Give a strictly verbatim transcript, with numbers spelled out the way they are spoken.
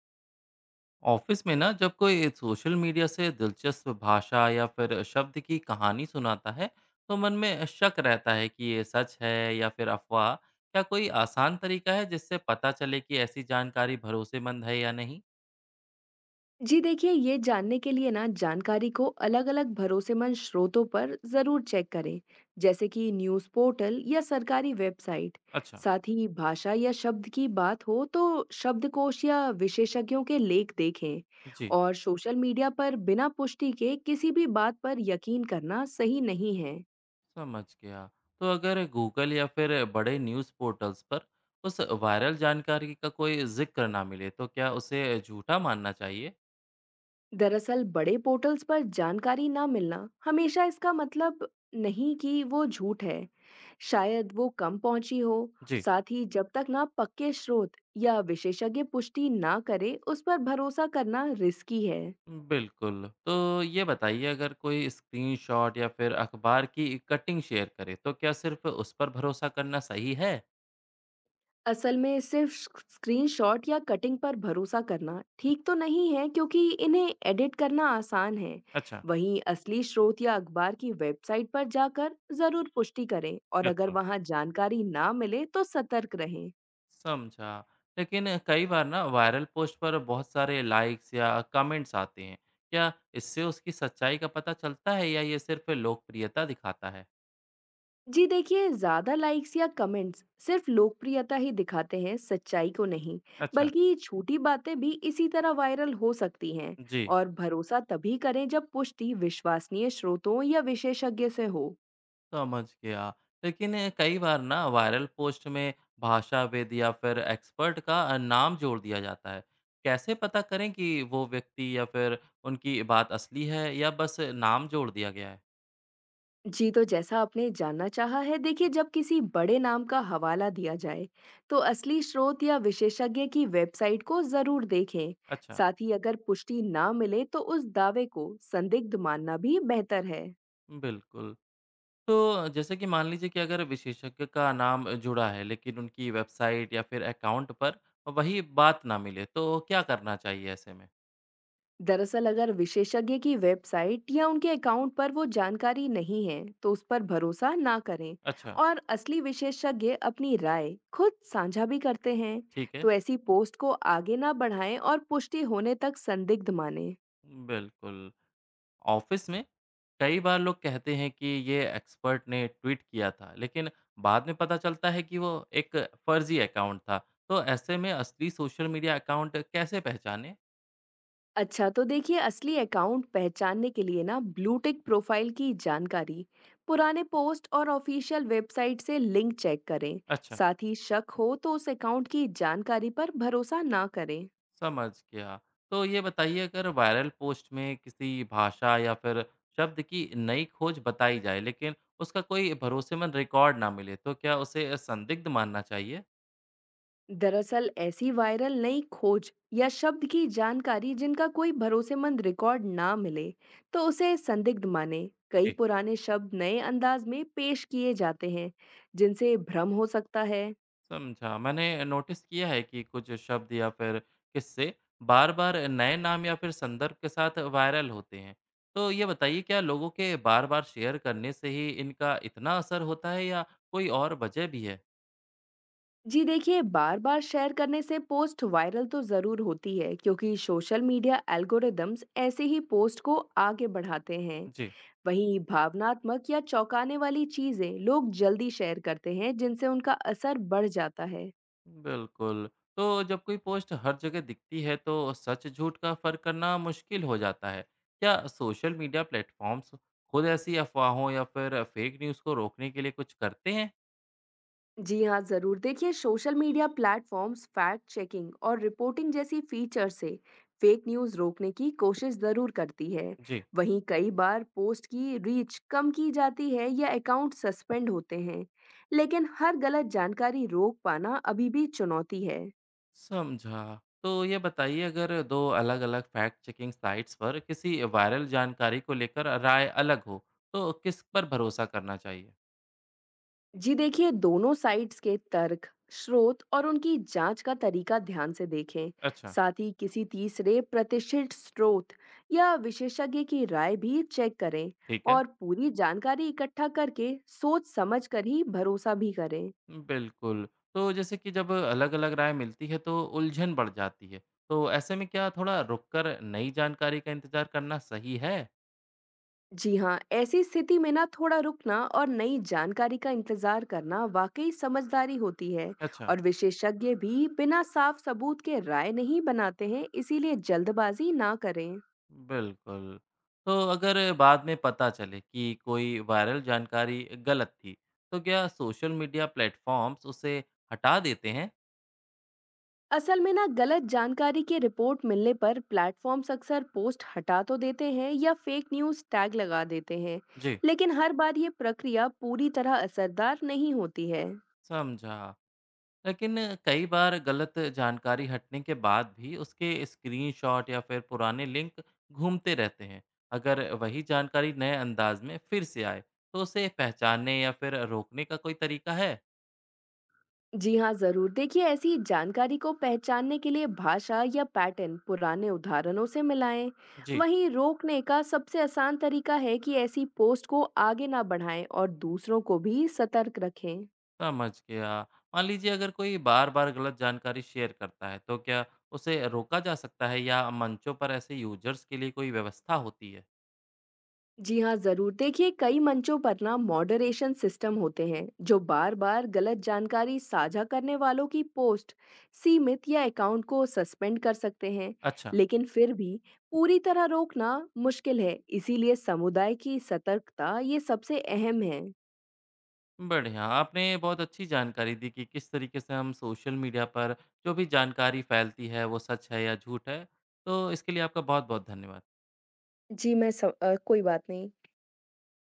Office में ना जब कोई सोशल मीडिया से दिलचस्प भाषा या फिर शब्द की कहानी सुनाता है तो मन में शक रहता है कि ये सच है या फिर अफवाह। क्या कोई आसान तरीका है जिससे पता चले कि ऐसी जानकारी भरोसेमंद है या नहीं? जी देखिए, ये जानने के लिए ना जानकारी को अलग-अलग भरोसेमंद स्रोतों पर जरूर चेक करें। जैसे कि न्यूज़ पोर्टल या सरकारी वेबसाइट। अच्छा। साथ ही भाषा या शब्द की बात हो तो शब्दकोश या विशेषज्ञों के लेख देखें। जी। और सोशल मीडिया पर बिना पुष्टि के किसी भी बात पर यकीन करना सही नहीं है। समझ गया। तो अगर गूगल या फिर बड़े न्यूज़ पोर्टल्स पर उस वायरल जानकारी का कोई जिक्र ना मिले तो क्या उसे झूठा मानना चाहिए? दरअसल बड़े पोर्टल्स पर जानकारी ना मिलना हमेशा इसका मतलब नहीं कि वो झूठ है। शायद वो कम पहुंची हो। जी। साथ ही जब तक ना पक्के स्रोत या विशेषज्ञ पुष्टि ना करे, उस पर भरोसा करना रिस्की है। बिल्कुल। तो ये बताइए अगर कोई स्क्रीनशॉट या फिर अखबार की कटिंग शेयर करे तो क्या सिर्फ़ उस पर भरोसा करना सही है? असल में सिर्फ स्क- स्क्रीनशॉट या कटिंग पर भरोसा करना ठीक तो नहीं है, क्योंकि इन्हें एडिट करना आसान है। अच्छा। वहीं असली स्रोत या अखबार की वेबसाइट पर जाकर जरूर पुष्टि करें, और अगर बिल्कुल। वहां जानकारी ना मिले तो सतर्क रहें। समझा। लेकिन कई बार ना वायरल पोस्ट पर बहुत सारे लाइक्स या कमेंट्स आते हैं। क्या इससे उसकी सच्चाई का पता चलता है या ये सिर्फ़ लोकप्रियता दिखाता है? जी देखिए, ज्यादा लाइक्स या कमेंट्स सिर्फ लोकप्रियता ही दिखाते हैं, सच्चाई को नहीं। अच्छा। बल्कि ये छोटी बातें भी इसी तरह वायरल हो सकती हैं। जी। और भरोसा तभी करें जब पुष्टि विश्वसनीय स्रोतों या विशेषज्ञ से हो। समझ गया। लेकिन अ, कई बार ना वायरल पोस्ट में भाषाविद या फिर एक्सपर्ट का अ, नाम जोड़ दिया जाता है। कैसे पता करें कि वो व्यक्ति या फिर उनकी बात असली है या बस नाम जोड़ दिया गया है? जी, तो जैसा आपने जानना चाहा है, देखिए जब किसी बड़े नाम का हवाला दिया जाए, तो असली स्रोत या विशेषज्ञ की वेबसाइट को ज़रूर देखें। अच्छा। साथ ही अगर पुष्टि ना मिले, तो उस दावे को संदिग्ध मानना भी बेहतर है। बिल्कुल। तो जैसे कि मान लीजिए कि अगर विशेषज्ञ का नाम जुड़ा है लेकिन उनकी वेबसाइट या फिर अकाउंट पर वही बात ना मिले तो क्या करना चाहिए ऐसे में? दरअसल अगर विशेषज्ञ की वेबसाइट या उनके अकाउंट पर वो जानकारी नहीं है, तो उस पर भरोसा ना करें। अच्छा। और असली विशेषज्ञ अपनी राय खुद साझा भी करते हैं, ठीक है। तो ऐसी पोस्ट को आगे ना बढ़ाएं और पुष्टि होने तक संदिग्ध मानें। बिल्कुल। ऑफिस में कई बार लोग कहते हैं कि ये एक्सपर्ट ने ट्वीट किया था लेकिन बाद में पता चलता है कि वो एक फर्जी अकाउंट था। तो ऐसे में असली सोशल मीडिया अकाउंट कैसे पहचाने? अच्छा, तो देखिए असली अकाउंट पहचानने के लिए ना ब्लूटिक, प्रोफाइल की जानकारी, पुराने पोस्ट और ऑफिशियल वेबसाइट से लिंक चेक करें। अच्छा। साथ ही शक हो तो उस अकाउंट की जानकारी पर भरोसा ना करें। समझ गया। तो ये बताइए अगर वायरल पोस्ट में किसी भाषा या फिर शब्द की नई खोज बताई जाए लेकिन उसका कोई भरोसेमंद रिकॉर्ड ना मिले तो क्या उसे संदिग्ध मानना चाहिए? दरअसल ऐसी वायरल नई खोज या शब्द की जानकारी जिनका कोई भरोसेमंद रिकॉर्ड ना मिले, तो उसे संदिग्ध माने। कई जी। पुराने शब्द नए अंदाज में पेश किए जाते हैं, जिनसे भ्रम हो सकता है। समझा। मैंने नोटिस किया है कि कुछ शब्द या फिर किस्से बार-बार नए नाम या फिर संदर्भ के साथ वायरल होते हैं। तो ये बताइए क्या लोगों के बार-बार शेयर करने से ही इनका इतना असर होता है या कोई और वजह भी है? जी देखिए, बार बार शेयर करने से पोस्ट वायरल तो ज़रूर होती है, क्योंकि सोशल मीडिया एल्गोरिदम्स ऐसे ही पोस्ट को आगे बढ़ाते हैं। जी। वहीं भावनात्मक या चौंकाने वाली चीज़ें लोग जल्दी शेयर करते हैं, जिनसे उनका असर बढ़ जाता है। बिल्कुल। तो जब कोई पोस्ट हर जगह दिखती है तो सच झूठ का फ़र्क करना मुश्किल हो जाता है। क्या सोशल मीडिया प्लेटफ़ॉर्म्स खुद ऐसी अफ़वाहों या फिर फेक न्यूज़ को रोकने के लिए कुछ करते हैं? जी हाँ, ज़रूर। देखिए, social media platforms fact checking और रिपोर्टिंग जैसी फीचर से फेक न्यूज़ रोकने की कोशिश ज़रूर करती है। जी। वहीं कई बार पोस्ट की रीच कम की जाती है या अकाउंट सस्पेंड होते हैं। लेकिन हर गलत जानकारी रोक पाना अभी भी चुनौती है। समझा। तो ये बताइए अगर दो अलग-अलग फैक्ट चेकिंग साइट्स पर किसी वायरल जानकारी को लेकर राय अलग हो, तो किस पर भरोसा करना चाहिए? जी देखिए, दोनों साइट्स के तर्क, स्रोत और उनकी जांच का तरीका ध्यान से देखें। अच्छा। साथ ही किसी तीसरे प्रतिष्ठित स्रोत या विशेषज्ञ की राय भी चेक करें। ठीक है। और पूरी जानकारी इकट्ठा करके सोच समझ कर ही भरोसा भी करें। बिल्कुल। तो जैसे कि जब अलग-अलग राय मिलती है तो उलझन बढ़ जाती है। तो ऐसे में क्या थोड़ा रुक कर नई जानकारी का इंतज़ार करना सही है? जी हाँ, ऐसी स्थिति में ना थोड़ा रुकना और नई जानकारी का इंतजार करना वाकई समझदारी होती है। अच्छा। और विशेषज्ञ भी बिना साफ सबूत के राय नहीं बनाते हैं, इसीलिए जल्दबाजी ना करें। बिल्कुल। तो अगर बाद में पता चले कि कोई वायरल जानकारी गलत थी, तो क्या सोशल मीडिया प्लेटफ़ॉर्म्स उसे हटा देते हैं? असल में ना गलत जानकारी की रिपोर्ट मिलने पर प्लेटफॉर्म्स अक्सर पोस्ट हटा तो देते हैं या फेक न्यूज़ टैग लगा देते हैं। जी। लेकिन हर बार ये प्रक्रिया पूरी तरह असरदार नहीं होती है। समझा। लेकिन कई बार गलत जानकारी हटने के बाद भी उसके स्क्रीनशॉट या फिर पुराने लिंक घूमते रहते हैं। अगर वही जानकारी नए अंदाज़ में फिर से आए, तो उसे पहचानने या फिर रोकने का कोई तरीका है? जी हाँ, जरूर। देखिए, ऐसी जानकारी को पहचानने के लिए भाषा या पैटर्न पुराने उदाहरणों से मिलाएं। जी। वहीं रोकने का सबसे आसान तरीका है कि ऐसी पोस्ट को आगे ना बढ़ाएं और दूसरों को भी सतर्क रखें। समझ गया। मान लीजिए अगर कोई बार-बार गलत जानकारी शेयर करता है, तो क्या उसे रोका जा सकता है या मंचों पर ऐसे यूज़र्स के लिए कोई व्यवस्था होती है? जी हाँ, जरूर। देखिए, कई मंचों पर ना मॉडरेशन सिस्टम होते हैं, जो बार बार गलत जानकारी साझा करने वालों की पोस्ट सीमित या अकाउंट को सस्पेंड कर सकते हैं। अच्छा। लेकिन फिर भी पूरी तरह रोकना मुश्किल है, इसीलिए समुदाय की सतर्कता ये सबसे अहम है। बढ़िया। आपने बहुत अच्छी जानकारी दी कि किस तरीके से हम सोशल मीडिया पर जो भी जानकारी फैलती है, वो सच है या झूठ है। तो इसके लिए आपका बहुत-बहुत धन्यवाद। जी मैं सम- अ, कोई बात नहीं।